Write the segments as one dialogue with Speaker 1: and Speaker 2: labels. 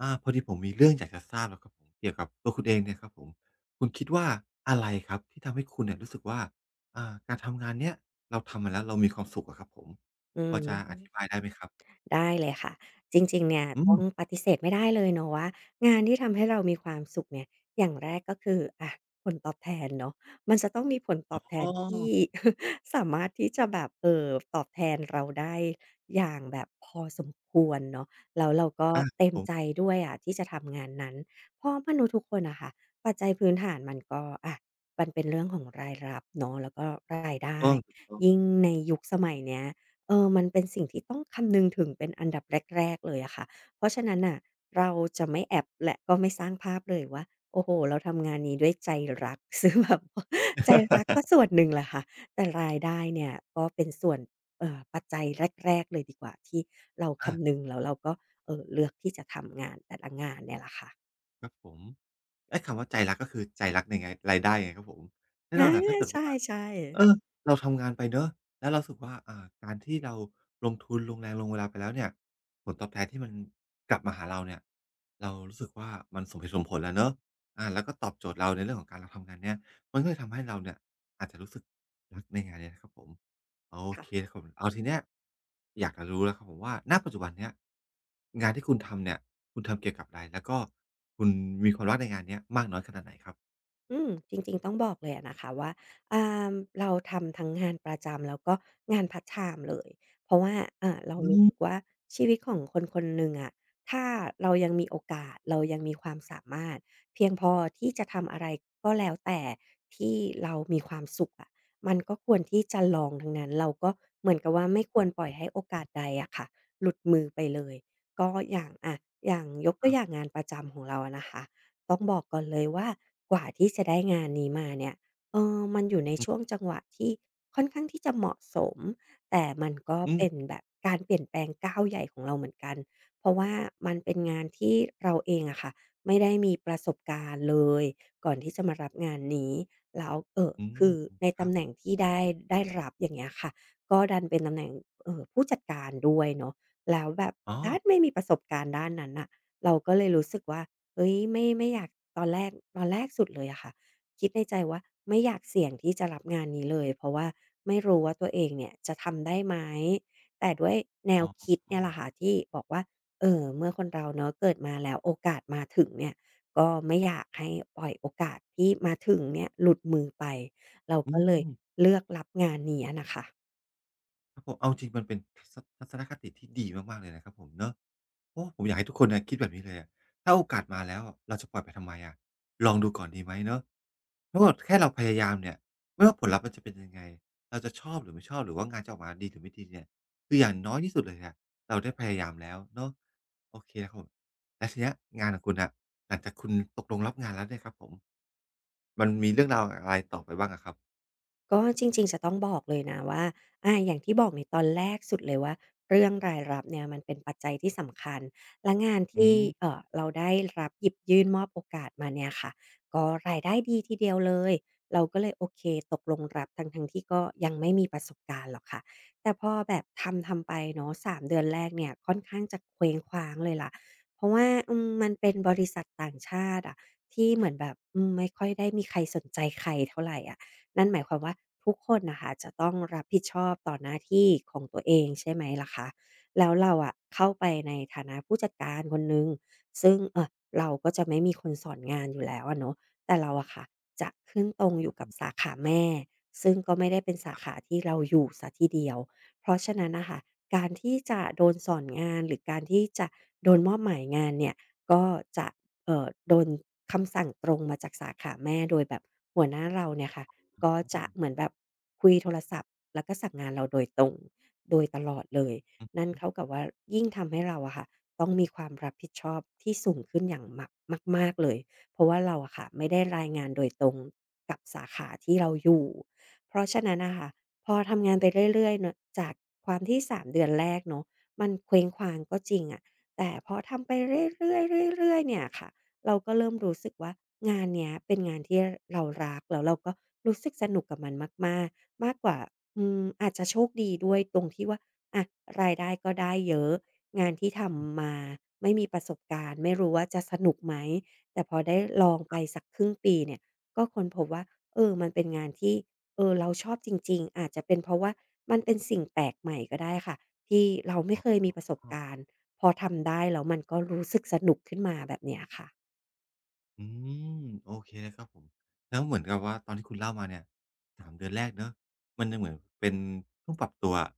Speaker 1: พอดีผมมีเรื่องอยากจะทราบอะครับผมเกี่ยวกับตัวคุณเองเนี่ยครับผมคุณคิดว่าอะไรครับที่ทำให้คุณเนี่ยรู้สึกว่าอ่าการทำงานเนี้ยเราทำมาแล้วเรามีความสุขอะครับผม
Speaker 2: อื
Speaker 1: พอจะอธิบา
Speaker 2: ม
Speaker 1: ยได้ไหมครับ
Speaker 2: ได้เลยค่ะจริงๆเนี่ย
Speaker 1: อื
Speaker 2: ต้อ
Speaker 1: ม
Speaker 2: งปฏิเสธไม่ได้เลยเนาะว่างานที่ทำให้เรามีความสุขเนี่ยอย่างแรกก็คืออะผลตอบแทนเนาะมันจะต้องมีผลต
Speaker 1: อ
Speaker 2: อบแท
Speaker 1: ๋อ
Speaker 2: นที่ สามารถที่จะแบบตอบแทนเราได้อย่างแบบพอสมควรเนาะแล้วเราก็
Speaker 1: อาครับ
Speaker 2: เต็ม
Speaker 1: ผม
Speaker 2: ใจด้วยอะที่จะทำงานนั้นเพราะมนุษย์ทุกคนนะค่ะปัจจัยพื้นฐานมันก็อะมันเป็นเรื่องของรายรับเนาะแล้วก็ราย
Speaker 1: ถูก
Speaker 2: ได้
Speaker 1: ต้องถูกต้อง
Speaker 2: ยิ่งในยุคสมัยเนี้ย มันเป็นสิ่งที่ต้องคำนึงถึงเป็นอันดับแรกๆเลยอะค่ะ เพราะฉะนั้นน่ะเราจะไม่แอบและก็ไม่สร้างภาพเลยว่าโอ้โฮเราทำงานนี้ด้วยใจรัก ซึ่งแบบว่าใจรักก็ส่วนหนึ่งแหละค่ะแต่รายได้เนี่ยก็เป็นส่วนปัจจัยแรกๆเลยดีกว่าที่เรา
Speaker 1: อา
Speaker 2: คำนึงแล้วเราก็เลือกที่จะทำงานแต่ละงานเนี่ยแหละค่ะ
Speaker 1: ครับผมไอ้คำว่าใจรักก็คือใจรักในไงรายได้ไงครับผม แน่น
Speaker 2: อา
Speaker 1: อนแหละถ้าเกิด
Speaker 2: ใ
Speaker 1: ว่า
Speaker 2: ช่
Speaker 1: เออ
Speaker 2: ๆ
Speaker 1: เราทำงานไปเนาะแล้วเรารู้สึกว่าการที่เราลงทุนลงแรงลงเวลาไปแล้วเนี่ยผลตอบแทนที่มันกลับมาหาเราเนี่ยเรารู้สึกว่ามันสมเหตุสมผลแล้วเนาะแล้วก็ตอบโจทย์เราในเรื่องของการเราทำงานเนี่ยมันก็เลยทำให้เราเนี่ยอาจจะรู้สึกรักในงานเนี่ยนะครับผมโอ
Speaker 2: ค่ะ
Speaker 1: เคครับผมเอาทีเนี้ยอยากจะรู้แล้วครับผมว่าณปัจจุบันเนี้ยงานที่คุณทำเนี่ยคุณทำเกี่ยวกับอะไรแล้วก็คุณมีความรักในงานเนี้ยมากน้อยขนาดไหนครับ
Speaker 2: อืมจริงๆต้องบอกเลยอะนะคะว่าอ่าเราทำทั้งงานประจำแล้วก็งานพาร์ตไทม์เลยเพราะว่าเรา
Speaker 1: อื
Speaker 2: รู้
Speaker 1: ม
Speaker 2: สึกว่าชีวิตของคนคนหนึ่งอะถ้าเรายังมีโอกาสเรายังมีความสามารถเพียงพอที่จะทำอะไรก็แล้วแต่ที่เรามีความสุขอะมันก็ควรที่จะลองทั้งนั้นเราก็เหมือนกับว่าไม่ค
Speaker 1: อ
Speaker 2: วรปล่อย
Speaker 1: ือ
Speaker 2: ให้โอกาสใดอะค่ะหลุดมือไปเลยก็อย่างอะอย่างยก
Speaker 1: ๆค
Speaker 2: ตัว
Speaker 1: รั
Speaker 2: อ
Speaker 1: บ
Speaker 2: ย่างงานประจำของเราอะนะคะ ต้องบอกก่อนเลยว่ากว่าที่จะได้งานนี้มาเนี่ยมันอยู่ใน
Speaker 1: อือ
Speaker 2: ช่วงจังหวะที่ค่อนข้างที่จะเหมาะสมแต่มันก็
Speaker 1: อื
Speaker 2: เป็น
Speaker 1: ม
Speaker 2: แบบการเปลี่ยนแปลงก้าวใหญ่ของเราเหมือนกันเพราะว่ามันเป็นงานที่เราเองอะค่ะไม่ได้มีประสบการณ์เลยก่อนที่จะมารับงานนี้แล้ว
Speaker 1: อืม
Speaker 2: คือใน
Speaker 1: ครั
Speaker 2: ตำแหน่
Speaker 1: บ
Speaker 2: งที่ได้ได้รับอย่างเงี้ยค่ะก็ดันเป็นตำแหน่งผู้จัดการด้วยเนาะแล้วแบบ
Speaker 1: อ๋อ
Speaker 2: ดันไม่มีประสบการณ์ด้านนั้นน่ะเราก็เลยรู้สึกว่า เฮ้ยไม่อยากตอนแรกตอนแรกสุดเลยอะค่ะคิดในใจว่าไม่อยากเสี่ยงที่จะรับงานนี้เลยเพราะว่าไม่รู้ว่าตัวเองเนี่ยจะทำได้ไหมแต่ด้วยแน
Speaker 1: อ
Speaker 2: วคิด
Speaker 1: ๋อ
Speaker 2: เนี่ยแหละค่ะที่บอกว่าเมื่อคนเราเนาะเกิดมาแล้วโอกาสมาถึงเนี่ยก็ไม่อยากให้ปล่อยโอกาสที่มาถึงเนี่ยหลุดมือไปเรา
Speaker 1: อื
Speaker 2: ก็เลย
Speaker 1: ม
Speaker 2: เลือกรับงานนี้อะน่ะค่ะ
Speaker 1: ครับผมเอาจริงมันเป็นทัศนคติที่ดีมากๆเลยนะครับผมเนาะโอ้ผมอยากให้ทุกคนน่ะคิดแบบนี้เลยอะถ้าโอกาสมาแล้วเราจะปล่อยไปทำไมอะลองดูก่อนดีไหมเนาะถ้าแบบแค่เราพยายามเนี่ยไม่ว่าผลลัพธ์มันจะเป็นยังไงเราจะชอบหรือไม่ชอบหรือว่างานจะออกมาดีหรือไม่ดีเนี่ยคืออย่างน้อยที่สุดเลยอะเราได้พยายามแล้วเนาะโอเคนะครับผมแล้วทีเนี้ยงานของคุณน่ะหลังจากคุณตกลงรับงานแล้วเนี่ยครับผมมันมีเรื่องราวอะไรต่อไปบ้างอะครับ
Speaker 2: ก็จริงๆจะต้องบอกเลยนะว่าอาอย่างที่บอกในตอนแรกสุดเลยว่าเรื่องรายรับเนี่ยมันเป็นปัจจัยที่สำคัญ และงาน
Speaker 1: อื
Speaker 2: ที่
Speaker 1: ม
Speaker 2: เราได้รับหยิบยื่นมอบโอกาสมาเนี่ยค่ะก็รายได้ดีทีเดียวเลยเราก็เลยโอเคตกลงรับทั้งๆที่ก็ยังไม่มีประสบการณ์หรอกค่ะแต่พอแบบทำๆไปเนาะสามเดือนแรกเนี่ยค่อนข้างจะเคว้งคว้างเลยล่ะเพราะว่าอืมมันเป็นบริษัทต่างชาติอะที่เหมือนแบบอืมไม่ค่อยได้มีใครสนใจใครเท่าไรอะ นั่นหมายความว่าทุกคนนะคะจะต้องรับผิดชอบต่อหน้าที่ของตัวเองใช่ไหมล่ะคะแล้วเราอะเข้าไปในฐานะผู้จัดการคนหนึ่งซึ่งเราก็จะไม่มีคนสอนงานอยู่แล้วอะเนาะแต่เราอะค่ะจะขึ้นตรงอยู่กับ
Speaker 1: อื
Speaker 2: สาขาแม่ซึ่งก็ไม่ได้เป็นสาขาที่เราอยู่เสียทีเดียวเพราะฉะนั้นน่ะค่ะการที่จะโดนสอนงานหรือการที่จะโดนมอบหมายงานเนี่ยก็จะ โดนคำสั่งตรงมาจากสาขาแม่โดยแบบหัวหน้าเราเนี่ยค่ะก็จะเห
Speaker 1: ม
Speaker 2: มือนแบบคุยโทรศัพท์แล้วก็สั่งงานเราโดยตรงโดยตลอดเลยนั่นเท่ากับว่ายิ่งทำให้เราอะค่ะต้องมีความรับผิดชอบที่สูงขึ้นอย่างมากมากๆเลยเพราะว่าเราอะค่ะไม่ได้รายงานโดยตรงกับสาขาที่เราอยู่เพราะฉะนั้นนะคะพอทำงานไปเรื่อยๆเนาะจากความที่3เดือนแรกเนาะมันเคว้งคว้างก็จริงอะแต่พอทำไปเรื่อยๆเรื่อยๆเนี่ยค่ะ เราก็เริ่มรู้สึกว่างานเนี้ยเป็นงานที่เรารักแล้วเราก็รู้สึกสนุกกับมันมากๆมากกว่าอาจจะโชคดีด้วยตรงที่ว่าอะรายได้ก็ได้เยอะงานที่
Speaker 1: อืม
Speaker 2: ทำมาไม่มีประสบการณ์ไม่รู้ว่าจะสนุกไหมแต่พอได้ลองไป
Speaker 1: ครับ
Speaker 2: สักครึ่งปีเนี่ยก็ค้นพบว่าเออมันเป็นงานที่เราชอบจริงๆอาจจะเป็นเพราะว่ามันเป็นสิ่งแปลกใหม่ก็ได้ค่ะที่เราไม่
Speaker 1: อ๋
Speaker 2: เคย
Speaker 1: อ
Speaker 2: มีประสบการณ์พอทำได้แล้วมันก็รู้สึกสนุกขึ้นมาแบบเนี้ยค่ะ
Speaker 1: อืมโอเคเลยครับผมแล้วเหมือนกับว่าตอนที่คุณเล่ามาเนี่ยสามเดือนแรกเนาะมันยังเหมือนเป็นเพิ่งปรับตัวอะ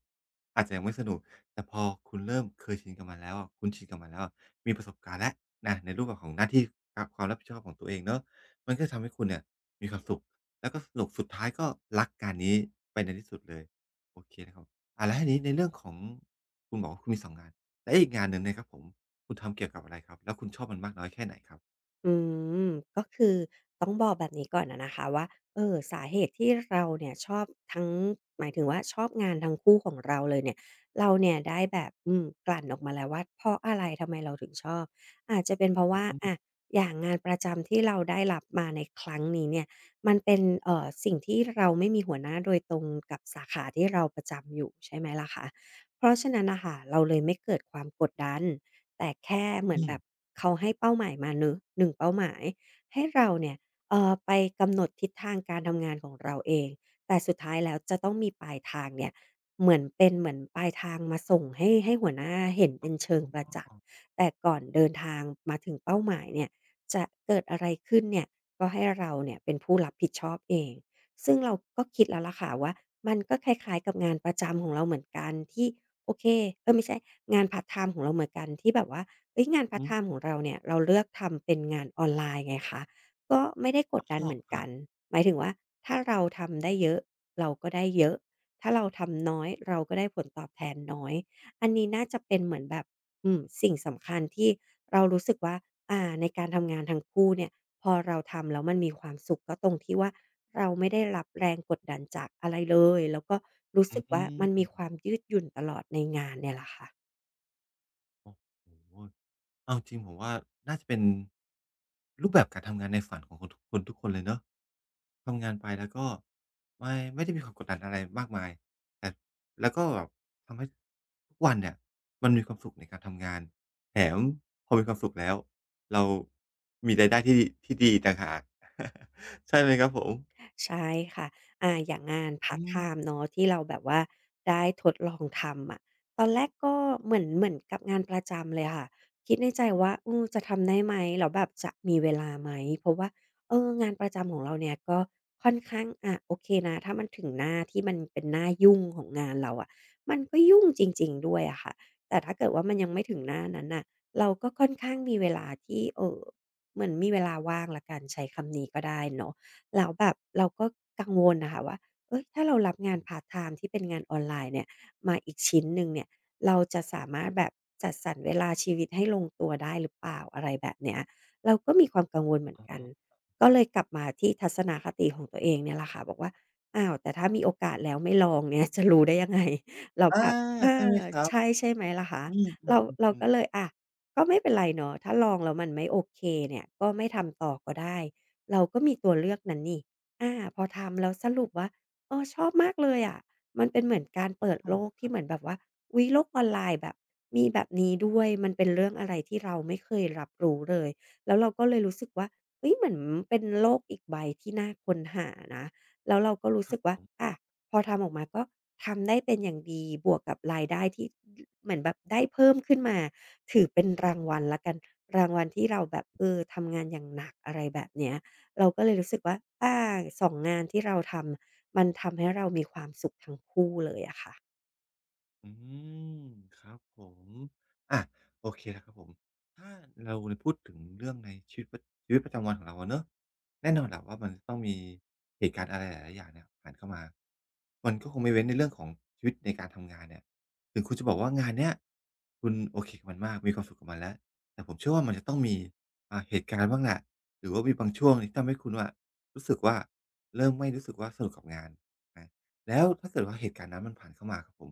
Speaker 1: อาจจะยังไม่สนุกแต่พอคุณเริ่มเคยชินกับมันแล้วอะคุ้นชินกับมันแล้วอะมีประสบการณ์แล้วนะในรูปแบบของหน้าที่ครับความรับผิดชอบของตัวเองเนาะมันก็จะทำให้คุณเนี่ยมีความสุขแล้วก็สนุกสุดท้ายก็รักการนี้ไปในที่สุดเลยโอเคนะครับแล้วทีนี้ในเรื่องของคุณบอกว่าคุณมี2งงานและอีกงานหนึ่งเนี่ยครับผมคุณทำเกี่ยวกับอะไรครับแล้วคุณชอบมันมากน้อยแค่ไหนครับ
Speaker 2: อืมก็คือต้องบอกแบบนี้ก่อนอะนะคะว่าสาเหตุที่เราเนี่ยชอบทั้งหมายถึงว่าชอบงานทั้งคู่ของเราเลยเนี่ยเราเนี่ยได้แบบกลั่นออกมาแล้วว่าเพราะอะไรทำไมเราถึงชอบอาจจะเป็นเพราะว่า
Speaker 1: อ
Speaker 2: อะอย่างงานประจำที่เราได้รับมาในครั้งนี้เนี่ยมันเป็นสิ่งที่เราไม่มีหัวหน้าโดยตรงกับสาขาที่เราประจำอยู่ใช่ไหมล่ะคะเพราะฉะนั้นน่ะค่ะเราเลยไม่เกิดความกดดัน แต่แค่เหมือน
Speaker 1: ื
Speaker 2: แบ
Speaker 1: ม
Speaker 2: บเขาให้เป้าหมายมาเนึะ1เป้าหมายให้เราเนี่ยไปกำหนดทิศทางการทำงานของเราเองแต่สุดท้ายแล้วจะต้องมีปลายทางเนี่ยเหมือนเป็นเหมือนปลายทางมาส่งให้หัวหน้าเห็น
Speaker 1: อ๋
Speaker 2: เป็
Speaker 1: อ
Speaker 2: นเชิง
Speaker 1: นึ
Speaker 2: ป
Speaker 1: ก
Speaker 2: ระ
Speaker 1: ภาพ
Speaker 2: จั
Speaker 1: อค
Speaker 2: กษ์
Speaker 1: รับ
Speaker 2: แต่ก่อนเดินทางมาถึงเป้าหมายเนี่ยจะเกิดอะไรขึ้นเนี่ยก็ให้เราเนี่ยเป็นผู้รับผิดชอบเองซึ่งเราก็คิดแล้วล่ะค่ะว่ามันก็คล้ายๆกับงานประจำของเราเหมือนกันที่ โอเคไม่ใช่งานพาร์ตไทม์ของเราเหมือนกันที่แบบว่าเฮ้ยงานพาร์ต
Speaker 1: อื
Speaker 2: ไทม์
Speaker 1: ม
Speaker 2: ของเราเนี่ยเราเลือกทำเป็นงานออนไลน์ไงคะก็ไม่ได้กดดันเหมือนกันหมายถึงว่าถ้าเราทำได้เยอะเราก็ได้เยอะถ้าเราทำน้อยเราก็ได้ผลตอบแทนน้อยอันนี้น่าจะเป็นเหมือนแบบสิ่งสำคัญที่เรารู้สึกว่าในการทำงานทั้งคู่เนี่ยพอเราทำแล้วมันมีความสุขก็ตรงที่ว่า เราไม่ได้รับแรงกดดันจากอะไรเลยแล้วก็รู้สึกว่ามันมีความยืดหยุ่นตลอดในงานเนี่ยแหละค่ะ
Speaker 1: โอ้โฮเอาจริงผมว่าน่าจะเป็นรูปแบบการทำงานในฝันของคนทุกคนเลยเนาะทำงานไปแล้วก็ไม่ได้มีความกดดันอะไรมากมายแต่แล้วก็แบบทำให้ทุกวันเนี่ยมันมีความสุขในการทำงานแถมพอมีความสุขแล้วเรามีรายได้ที่ดีอีกต่างหาก ใช่ไหมครับผม
Speaker 2: ใช่ค่ะอย่างงานพา
Speaker 1: อื
Speaker 2: ร์ตไทม์
Speaker 1: ม
Speaker 2: เนาะที่เราแบบว่าได้ทดลองทำอะตอนแรกก็เหมือนกับงานประจำเลยค่ะ คิดในใจว่าเออจะทำได้ไหมแล้วแบบจะมีเวลาไหมเพราะว่าเอองานประจำของเราเนี่ยก็ค่อนข้างอะโอเคนะถ้ามันถึงหน้าที่มันเป็นหน้ายุ่งของงานเราอะมันก็ยุ่งจริงๆด้วยอะค่ะ แต่ถ้าเกิดว่ามันยังไม่ถึงหน้านั้นน่ะเราก็ค่อนข้างมีเวลาที่เหมือนมีเวลาว่างแล้วกันใช้คำนี้ก็ได้เนาะ แล้วแบบเราก็กังวลนะคะว่าเอ้ยถ้าเรารับงานพาร์ตไทม์ที่เป็นงานออนไลน์เนี่ยมาอีกชิ้นหนึ่งเนี่ยเราจะสามารถแบบจัดสรรเวลาชีวิตให้ลงตัวได้หรือเปล่าอะไรแบบเนี้ยเราก็มีความกังวลเหมือนกัน
Speaker 1: ออ
Speaker 2: ก็เลยกลับมาที่ทัศนคติของตัวเองเนี่ยแหละค่ะบอกว่าอ้าวแต่ถ้ามีโอกาสแล้วไม่ลองเนี่ย จะรู้ได้ยังไงเรา
Speaker 1: อา
Speaker 2: แบบเอ
Speaker 1: ใช่ไหม
Speaker 2: อ
Speaker 1: ครับ
Speaker 2: ใช่ใช่ไหมล่ะคะ
Speaker 1: อื
Speaker 2: เรา
Speaker 1: ม
Speaker 2: ก็เล
Speaker 1: ๆ
Speaker 2: ย
Speaker 1: ๆ
Speaker 2: อะก็ไม่เป็นไรเนาะถ้าลองแล้วมันไม่โอเคเนี่ยก็ไม่ทำต่อก็ได้ เราก็มีตัวเลือกนั้นนี่อาพอทำแล้วสรุปว่าเออชอบมากเลยอะมันเป็นเหมือนการ
Speaker 1: ๆ
Speaker 2: เปิ
Speaker 1: อ้อ
Speaker 2: ดโลก
Speaker 1: ค
Speaker 2: ที่
Speaker 1: รั
Speaker 2: เหมือน
Speaker 1: บ
Speaker 2: แบบว่าอุ๊ยโลกออนไลน์แบบมีแบบนี้ด้วยมันเป็นเรื่องอะไรที่เราไม่เคยรับรู้เลยแล้วเราก็เลยรู้สึกว่าเฮ้ยเหมือนเป็นโลกอีกใบที่น่าค้นหานะแล้วเราก็รู้
Speaker 1: ค
Speaker 2: สึกว่า
Speaker 1: รับ
Speaker 2: อาพอทำออกมาก็ทำได้เป็นอย่างดีบวกกับรายได้ที่เหมือนแบบได้เพิ่มขึ้นมาถือเป็นรางวัลแล้วกันรางวัลที่เราแบบเออทำงานอย่างหนักอะไรแบบเนี้ย เราก็เลยรู้สึกว่าอาสองงานที่เราทำ มันทำให้เรามีความสุขทั้งคู่เลยอะค่ะ
Speaker 1: อืมครับผมอะโอเคแล้วครับผมถ้าเราเนี่ยพูดถึงเรื่องในชีวิตประจำวันของเราอะเนาะแน่นอนแหละว่ามันจะต้องมีเหตุการณ์อะไรหลายๆอย่างเนี่ยผ่านเข้ามามันก็คงไม่เว้นในเรื่องของชีวิตในการทำงานเนี่ยถึงคุณจะบอกว่างานเนี้ยคุณโอเคกับมันมากมีความสุขกับมันแล้วแต่ผมเชื่อว่ามันจะต้องมีเหตุการณ์บ้างแหละหรือว่ามีบางช่วงที่ทำให้คุณอะรู้สึกว่าเริ่มไม่รู้สึกว่าสนุกกับงานอาแล้วถ้าเกิดว่าเหตุการณ์นั้นมันผ่านเข้ามาครับผม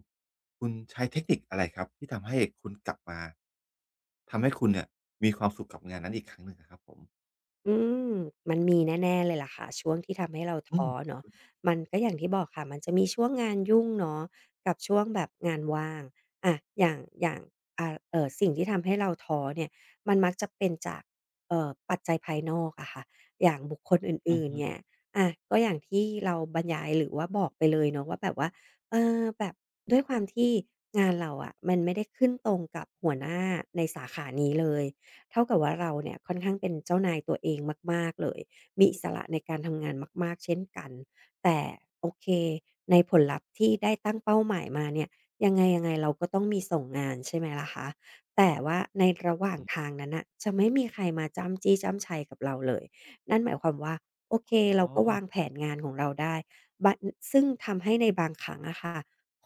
Speaker 1: คุณใช้เทคนิคอะไรครับที่ทำให้คุณกลับมาทำให้คุณเนี่ยมีความสุขกับงานนั้นอีกครั้งหนึ่งอะครับผม
Speaker 2: อืมมันมีแน่ๆเลยล่ะค่ะช่วงที่ทำให้เรา
Speaker 1: อื
Speaker 2: ท้อ
Speaker 1: ม
Speaker 2: เนาะมันก็อย่างที่บอกค่ะมันจะมีช่วงงานยุ่งเนาะกับช่วงแบบงานว่างอะอย่างสิ่งที่ทำให้เราท้อเนี่ยมันมักจะเป็นจากปัจจัยภายนอกอะค่ะอย่างบุคคลอ
Speaker 1: อือ
Speaker 2: ื่นๆเนี่
Speaker 1: ฮึ
Speaker 2: ยอะก็อย่างที่เราบรรยายหรือว่าบอกไปเลยเนาะว่าแบบว่าเออแบบด้วยความที่งานเราอะมันไม่ได้ขึ้นตรงกับหัวหน้าในสาขานี้เลย เท่ากับว่าเราเนี่ยค่อนข้างเป็นเจ้านายตัวเองมากๆเลยมีอิสระในการทำงานมากๆเช่นกันแต่โอเคในผลลัพธ์ที่ได้ตั้งเป้าหมายมาเนี่ยยังไงๆเราก็ต้องมีส่งงานใช่ไหมล่ะคะแต่ว่าในระ
Speaker 1: ผ
Speaker 2: หว่าง
Speaker 1: ม
Speaker 2: ทางนั้นน่ะจะไม่มีใครมาจ้ำจี้จ้ำไชกับเราเลยนั่นหมายความว่าโอเค
Speaker 1: อ๋
Speaker 2: เรา
Speaker 1: อ
Speaker 2: ก็วางแผนงานของเราได้บะซึ่งทำให้ในบางครั้งอะค่ะ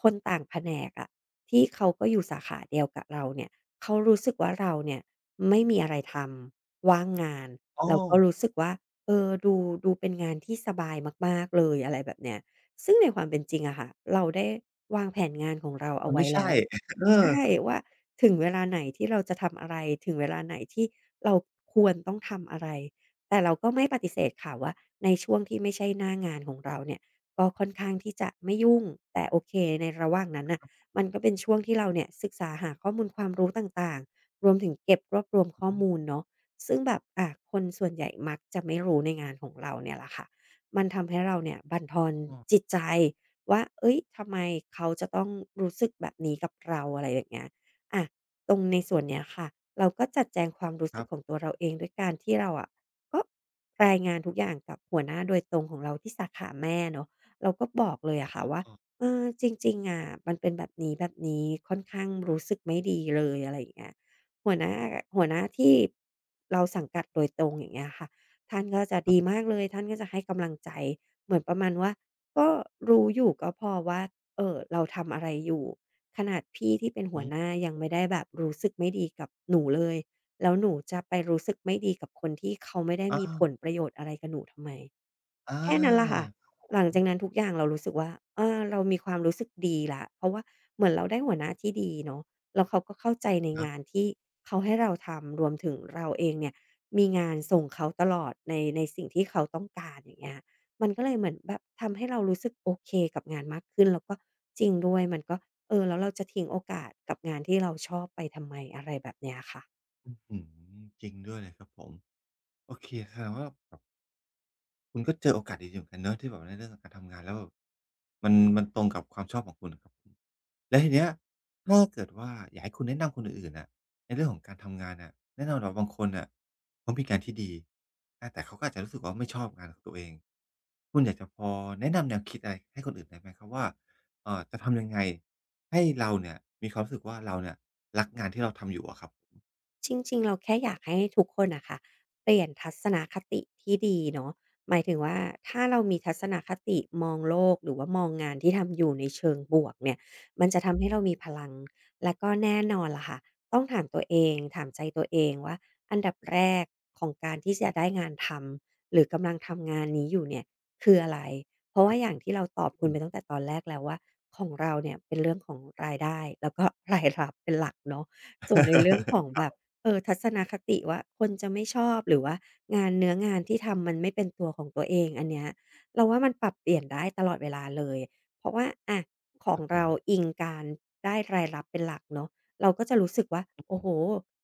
Speaker 2: คนต่างแผนกอะที่เขาก็อยู่สาขาเดียวกับเราเนี่ยเขารู้สึกว่าเราเนี่ย ไม่มีอะไรทำว่างงาน
Speaker 1: อ้อ
Speaker 2: เราก็รู้สึกว่าเออดูเป็นงานที่สบายมากๆเลยอะไรแบบเนี้ยซึ่งในความเป็นจริงอะค่ะเราได้วางแผนงานของเราเอา
Speaker 1: มัน
Speaker 2: ไว้
Speaker 1: ไม่
Speaker 2: แล้
Speaker 1: ใช่
Speaker 2: ว
Speaker 1: เออ
Speaker 2: ใช่ว่าถึงเวลาไหนที่เราจะทำอะไรถึงเวลาไหนที่เราควรต้องทำอะไรแต่เราก็ไม่ปฏิเสธค่ะว่าในช่วงที่ไม่ใช่หน้างานของเราเนี่ยก็ค่อนข้างที่จะไม่ยุ่งแต่โอเคในระหว่างนั้นน่ะมันก็เป็นช่วงที่เราเนี่ยศึกษาหาข้อมูลความรู้ต่างๆ รวมถึงเก็บรวบรวมข้อ
Speaker 1: อื
Speaker 2: มูล
Speaker 1: ม
Speaker 2: เนาะซึ่งแบบอ่ะคนส่วนใหญ่มักจะไม่รู้ในงานของเราเนี่ยแหละค่ะมันทำให้เราเนี่ยบั่นทอน
Speaker 1: อ้อ
Speaker 2: จิตใจว่าเอ้ยทำไมเขาจะต้องรู้สึกแบบนี้กับเราอะไรอย่างเงี้ยอะตรงในส่วนเนี้ยค่ะเราก็จัดแจงความรู้
Speaker 1: ค
Speaker 2: สึ
Speaker 1: รั
Speaker 2: ก
Speaker 1: บ
Speaker 2: ของตัวเราเองด้วยการที่เราอะก็รายงานทุกอย่างกับหัวหน้าโดยตรงของเราที่สาขาแม่เนาะเราก็บอกเลยอะค่ะ
Speaker 1: อ๋
Speaker 2: ว่า
Speaker 1: อ
Speaker 2: เออจริงๆอะมันเป็นแบบนี้แบบนี้ค่อนข้างรู้สึกไม่ดีเลยอะไรอย่างเงี้ย หัวหน้าหัวหน้าที่เราสังกัดโดยตรงอย่างเงี้ยค่ะท่านก็จะ
Speaker 1: ครับ
Speaker 2: ดี
Speaker 1: ผ
Speaker 2: มาก
Speaker 1: ม
Speaker 2: เลยท่านก็จะให้กำลังใจเหมือนประมาณว่าก็รู้อยู่ก็พอว่าเราทำอะไรอยู่ขนาดพี่ที่เป็นหั
Speaker 1: อื
Speaker 2: ว
Speaker 1: อ
Speaker 2: หน้า
Speaker 1: ฮึ
Speaker 2: ยังไม่ได้แบบรู้สึกไม่ดีกับหนูเลยแล้วหนูจะไปรู้สึกไม่ดีกับคนที่เขาไม่ได้
Speaker 1: อา
Speaker 2: มีผลประโยชน์อะไรกับหนูทำไม
Speaker 1: อ
Speaker 2: แค่นั้นล่ะค่ะ
Speaker 1: า
Speaker 2: หลัง
Speaker 1: อือ
Speaker 2: จากนั้นทุกอย่างเรารู้สึกว่าอาเรามีความรู้สึกดีแล้วเพราะว่าเหมือนเราได้หัวหน้าที่ดีเนาะแล้วเขาก็เข้าใจใน
Speaker 1: ครั
Speaker 2: งาน
Speaker 1: บ
Speaker 2: ที่เขาให้เราทำรวมถึงเราเองเนี่ยมีงานส่งเขาตลอดในสิ่งที่เขาต้องการอย่างเงี้ยมันก็เลยเหมือนแบบทำให้เรารู้สึกโอเคกับงานมากขึ้นแล้วก็จริงด้วยมันก็เออแล้วเราจะทิ้งโอกาสกับงานที่เราชอบไปทำไมอะไรแบบเนี้ยค่ะ
Speaker 1: อื้อฮือจริงด้วยเลยครับผมโอเคแสดงว่า คุณก็เจอโอกาสดีๆเหมือนกันเนาะที่แบบในเรื่องของการทำงานแล้วแบบมันตรงกับความชอบของคุณครับผมแล้วทีเนี้ยถ้าเกิดว่าอยากให้คุณแนะนำคนอื่นๆน่ะในเรื่องของการทำงานน่ะแน่นอนว่าบางคนน่ะเขามีงานที่ดีอาแต่เขาก็อาจจะรู้สึกว่าไม่ชอบงานของตัวเองคุณอยากจะพอแนะนำแนวคิดอะไรให้คนอื่นได้ไหมครับว่าจะทำยังไงให้เราเนี่ยมีความรู้สึกว่าเราเนี่ยรักงานที่เราทำอยู่อะครับ
Speaker 2: จริงๆเราแค่อยากให้ทุกคนน่ะค่ะเปลี่ยนทัศนคติที่ดีเนาะหมายถึงว่าถ้าเรามีทัศนคติมองโลกหรือว่ามองงานที่ทำอยู่ในเชิงบวกเนี่ยมันจะทำให้เรามีพลังแล้วก็แน่นอนล่ะค่ะต้องถามตัวเองถามใจตัวเองว่าอันดับแรกของการที่จะได้งานทำหรือกำลังทำงานนี้อยู่เนี่ยคืออะไรเพราะ
Speaker 1: ครั
Speaker 2: ว่า
Speaker 1: บ
Speaker 2: อย่างที่เราตอบ
Speaker 1: ผ
Speaker 2: คุณ
Speaker 1: ม
Speaker 2: ไปตั้งแต่ตอนแรกแล้วว่าของเราเนี่ยเป็นเรื่องของรายได้แล้วก็รายรับเป็นหลักเนาะส่วนในเรื่องของแบ บ เออทัศนคติว่าคนจะไม่ชอบหรือว่างานเนื้องานที่ทำมันไม่เป็นตัวของตัวเองอันเนี้ยเราว่ามันปรับเปลี่ยนได้ตลอดเวลาเลยเพราะว่าอะขอ
Speaker 1: ค
Speaker 2: ง
Speaker 1: รับผ
Speaker 2: เรา
Speaker 1: ม
Speaker 2: อิงการได้รายรับเป็นหลักเนาะเราก็จะรู้สึกว่าโอ้
Speaker 1: อื
Speaker 2: โฮ
Speaker 1: ม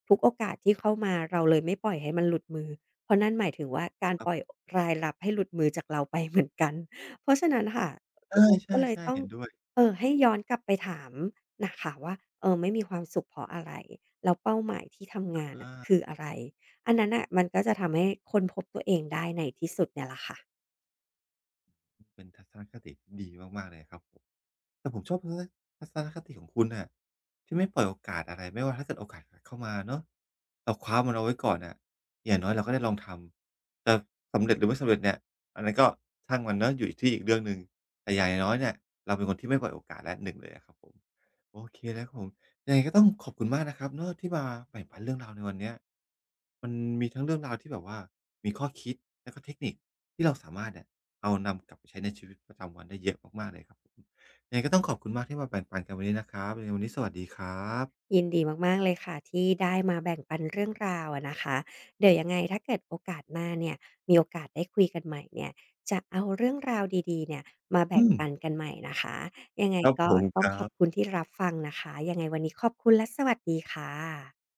Speaker 2: ทุกโอกาสที่เข้ามาเราเลยไม่ปล่อยให้มันหลุดมือเพราะนั่นหมายถึงว่าการ
Speaker 1: ค
Speaker 2: ป
Speaker 1: รั
Speaker 2: ล่อย
Speaker 1: บ
Speaker 2: รายรับให้หลุดมือจากเราไปเหมือนกันเพราะฉะนั้นค่ะเราก็
Speaker 1: ใช่
Speaker 2: เลย
Speaker 1: ๆๆ
Speaker 2: ต้อง
Speaker 1: เห็นด้วย
Speaker 2: ให้ย้อนกลับไปถามน่ะค่ะว่าเออไม่มีความสุขเพราะอะไร แล้วเป้าหมายที่ทำงานน่ะ
Speaker 1: อา
Speaker 2: คืออะไร อันนั้นน่ะมันก็จะทำให้ค้นพบตัวเองได้ในที่สุดเนี่ยแหละค่ะ
Speaker 1: เป็นทัศนคติดีมากๆเลยครับผม แต่ผมชอบทัศนคติของคุณน่ะที่ไม่ปล่อยโอกาสอะไรไม่ว่าถ้าเกิดโอกาสเข้ามาเนาะเราคว้ามันเอาไว้ก่อนน่ะอย่างน้อยเราก็ได้ลองทำจะสำเร็จหรือไม่สำเร็จเนี่ยอันนั้นก็ช่างมันเนาะอยู่ที่อีกเรื่องหนึ่งแต่อย่างน้อยเนี่ยเราเป็นคนที่ไม่ปล่อยโอกาสและหนึ่งเลยอะครับผมโอเคแล้วครับผมยังไงก็ต้องขอบคุณมากนะครับเนาะที่มาแบ่งปันเรื่องราวในวันเนี้ยมันมีทั้งเรื่องราวที่แบบว่ามีข้อคิดแล้วก็เทคนิคที่เราสามารถเนี่ยเอานำกลับไปใช้ในชีวิตประจำวันได้เยอะมากๆเลยครับผม ยังไงก็ต้องขอบคุณมากที่มาแบ่งปันกันวันนี้นะครับยังไงวันนี้สวัสดีครับ
Speaker 2: ยินดีมากๆเลยค่ะที่ได้มาแบ่งปันเรื่องราวอะนะคะเดี๋ยวยังไงถ้าเกิดโอกาสหน้าเนี่ยมีโอกาสได้คุยกันใหม่เนี่ยจะเอาเรื่องราวดีๆเนี่ยมาแบ่
Speaker 1: อื
Speaker 2: ง
Speaker 1: ม
Speaker 2: ปันกันใหม่นะคะยังไง
Speaker 1: ครับ
Speaker 2: ก็
Speaker 1: ผม
Speaker 2: ต้
Speaker 1: ค
Speaker 2: อง
Speaker 1: รั
Speaker 2: ขอบคุ
Speaker 1: บ
Speaker 2: ณที่รับฟังนะคะยังไงวันนี้ขอบคุณและสวัสดีค่ะ